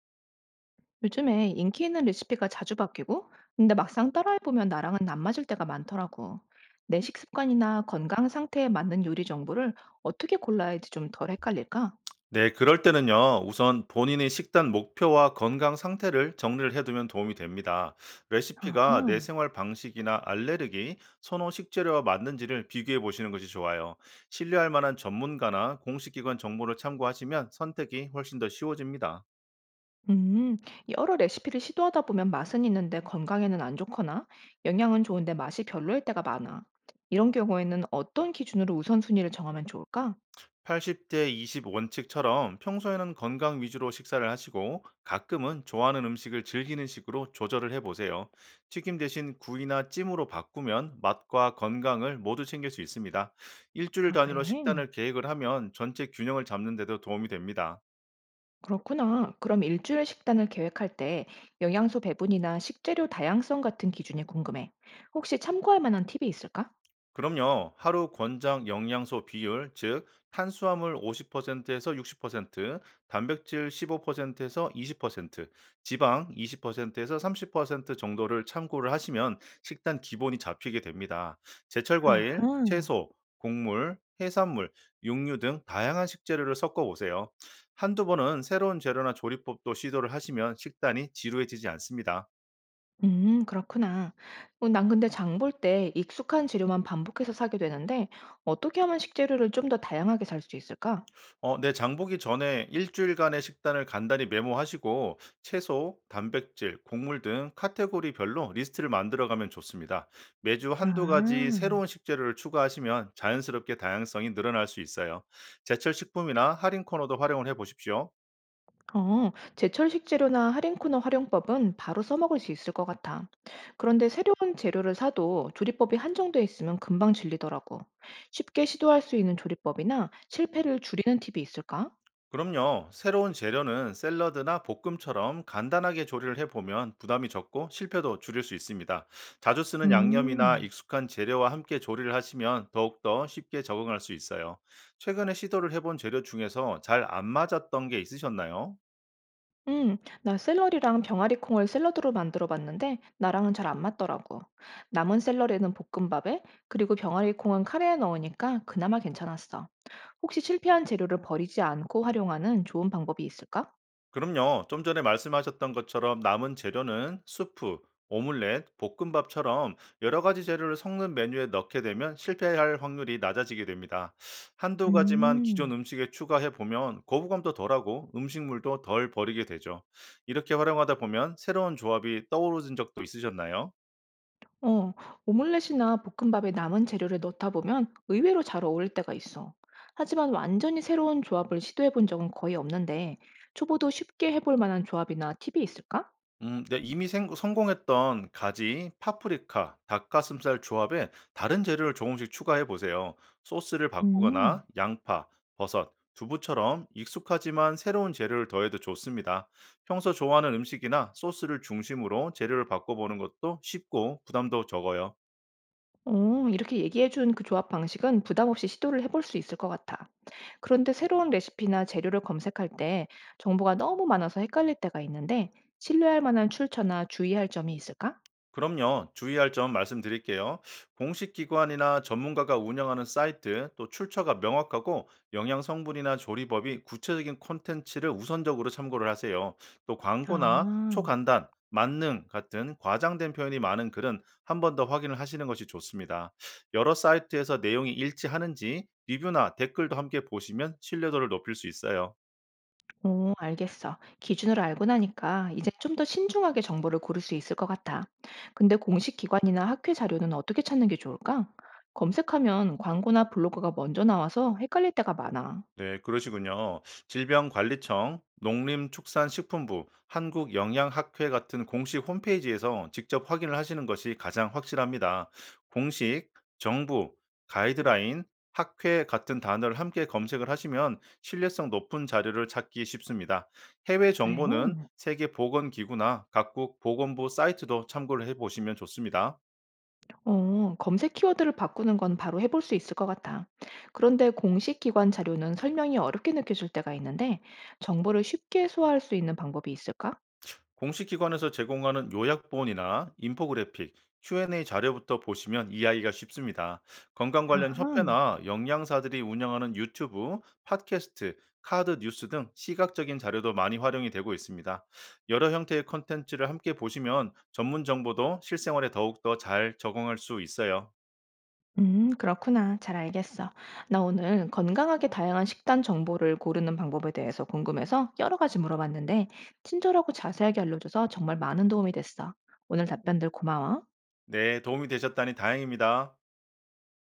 요즘에 인기 있는 레시피가 자주 바뀌고, 근데 막상 따라해보면 나랑은 안 맞을 때가 많더라고. 내 식습관이나 건강 상태에 맞는 요리 정보를 어떻게 골라야지 좀 덜 헷갈릴까? 네, 그럴 때는요, 우선 본인의 식단 목표와 건강 상태를 정리를 해두면 도움이 됩니다. 레시피가 아하. 내 생활 방식이나 알레르기, 선호 식재료와 맞는지를 비교해 보시는 것이 좋아요. 신뢰할 만한 전문가나 공식기관 정보를 참고하시면 선택이 훨씬 더 쉬워집니다. 음, 여러 레시피를 시도하다 보면 맛은 있는데 건강에는 안 좋거나 영양은 좋은데 맛이 별로일 때가 많아. 이런 경우에는 어떤 기준으로 우선순위를 정하면 좋을까? 80대 20 원칙처럼 평소에는 건강 위주로 식사를 하시고 가끔은 좋아하는 음식을 즐기는 식으로 조절을 해보세요. 튀김 대신 구이나 찜으로 바꾸면 맛과 건강을 모두 챙길 수 있습니다. 일주일 아, 그래? 단위로 식단을 계획을 하면 전체 균형을 잡는 데도 도움이 됩니다. 그렇구나. 그럼 일주일 식단을 계획할 때 영양소 배분이나 식재료 다양성 같은 기준이 궁금해. 혹시 참고할 만한 팁이 있을까? 그럼요. 하루 권장 영양소 비율, 즉 탄수화물 50%에서 60%, 단백질 15%에서 20%, 지방 20%에서 30% 정도를 참고를 하시면 식단 기본이 잡히게 됩니다. 제철 아하. 과일, 채소, 곡물, 해산물, 육류 등 다양한 식재료를 섞어 보세요. 한두 번은 새로운 재료나 조리법도 시도를 하시면 식단이 지루해지지 않습니다. 그렇구나. 어, 난 근데 장 볼 때 익숙한 재료만 반복해서 사게 되는데 어떻게 하면 식재료를 좀 더 다양하게 살 수 있을까? 어 네. 장 보기 전에 일 주일간의 식단을 간단히 메모하시고 채소, 단백질, 곡물 등 카테고리별로 리스트를 만들어 가면 좋습니다. 매주 한두 가지 아. 새로운 식재료를 추가하시면 자연스럽게 다양성이 늘어날 수 있어요. 제철 식품이나 할인 코너도 활용을 해 보십시오. 어, 제철 식재료나 할인 코너 활용법은 바로 써먹을 수 있을 것 같아. 그런데 새로운 재료를 사도 조리법이 한정돼 있으면 금방 질리더라고. 쉽게 시도할 수 있는 조리법이나 실패를 줄이는 팁이 있을까? 그럼요. 새로운 재료는 샐러드나 볶음처럼 간단하게 조리를 해보면 부담이 적고 실패도 줄일 수 있습니다. 자주 쓰는 양념이나 음, 익숙한 재료와 함께 조리를 하시면 더욱더 쉽게 적응할 수 있어요. 최근에 시도를 해본 재료 중에서 잘 안 맞았던 게 있으셨나요? 음, 나 샐러리랑 병아리 콩을 샐러드로 만들어 봤는데 나랑은 잘 안 맞더라고. 남은 샐러리는 볶음밥에, 그리고 병아리 콩은 카레에 넣으니까 그나마 괜찮았어. 혹시 실패한 재료를 버리지 않고 활용하는 좋은 방법이 있을까? 그럼요. 좀 전에 말씀하셨던 것처럼 남은 재료는 수프, 오믈렛, 볶음밥처럼 여러 가지 재료를 섞는 메뉴에 넣게 되면 실패할 확률이 낮아지게 됩니다. 한두 가지만 기존 음. 음식에 추가해 보면 거부감도 덜하고 음식물도 덜 버리게 되죠. 이렇게 활용하다 보면 새로운 조합이 떠오르는 적도 있으셨나요? 어, 오믈렛이나 볶음밥에 남은 재료를 넣다 보면 의외로 잘 어울릴 때가 있어. 하지만 완전히 새로운 조합을 시도해 본 적은 거의 없는데, 초보도 쉽게 해볼 만한 조합이나 팁이 있을까? 네, 이미 성공했던 가지, 파프리카, 닭가슴살 조합에 다른 재료를 조금씩 추가해 보세요. 소스를 음, 바꾸거나 양파, 버섯, 두부처럼 익숙하지만 새로운 재료를 더해도 좋습니다. 평소 좋아하는 음식이나 소스를 중심으로 재료를 바꿔보는 것도 쉽고 부담도 적어요. 어, 이렇게 얘기해 준 그 조합 방식은 부담 없이 시도를 해볼 수 있을 것 같아. 그런데 새로운 레시피나 재료를 검색할 때 정보가 너무 많아서 헷갈릴 때가 있는데, 신뢰할 만한 출처나 주의할 점이 있을까? 그럼요. 주의할 점 말씀드릴게요. 공식 기관이나 전문가가 운영하는 사이트, 또 출처가 명확하고 영양 성분이나 조리법이 구체적인 콘텐츠를 우선적으로 참고를 하세요. 또 광고나 아. 초간단, 만능 같은 과장된 표현이 많은 글은 한 번 더 확인을 하시는 것이 좋습니다. 여러 사이트에서 내용이 일치하는지 리뷰나 댓글도 함께 보시면 신뢰도를 높일 수 있어요. 어, 알겠어. 기준으로 알고 나니까 이제 좀 더 신중하게 정보를 고를 수 있을 것 같아. 근데 공식 기관이나 학회 자료는 어떻게 찾는 게 좋을까? 검색하면 광고나 블로그가 먼저 나와서 헷갈릴 때가 많아. 네, 그러시군요. 질병관리청, 농림축산식품부, 한국영양학회 같은 공식 홈페이지에서 직접 확인을 하시는 것이 가장 확실합니다. 공식, 정부, 가이드라인, 학회 같은 단어를 함께 검색을 하시면 신뢰성 높은 자료를 찾기 쉽습니다. 해외 그래. 정보는 세계보건기구나 각국 보건부 사이트도 참고를 해보시면 좋습니다. 어, 검색 키워드를 바꾸는 건 바로 해볼 수 있을 것 같아. 그런데 공식 기관 자료는 설명이 어렵게 느껴질 때가 있는데 정보를 쉽게 소화할 수 있는 방법이 있을까? 공식 기관에서 제공하는 요약본이나 인포그래픽, Q&A 자료부터 보시면 이해하기가 쉽습니다. 건강 관련 아하. 협회나 영양사들이 운영하는 유튜브, 팟캐스트, 카드 뉴스 등 시각적인 자료도 많이 활용이 되고 있습니다. 여러 형태의 콘텐츠를 함께 보시면 전문 정보도 실생활에 더욱더 잘 적응할 수 있어요. 그렇구나. 잘 알겠어. 나 오늘 건강하게 다양한 식단 정보를 고르는 방법에 대해서 궁금해서 여러 가지 물어봤는데, 친절하고 자세하게 알려줘서 정말 많은 도움이 됐어. 오늘 답변들 고마워. 네, 도움이 되셨다니 다행입니다.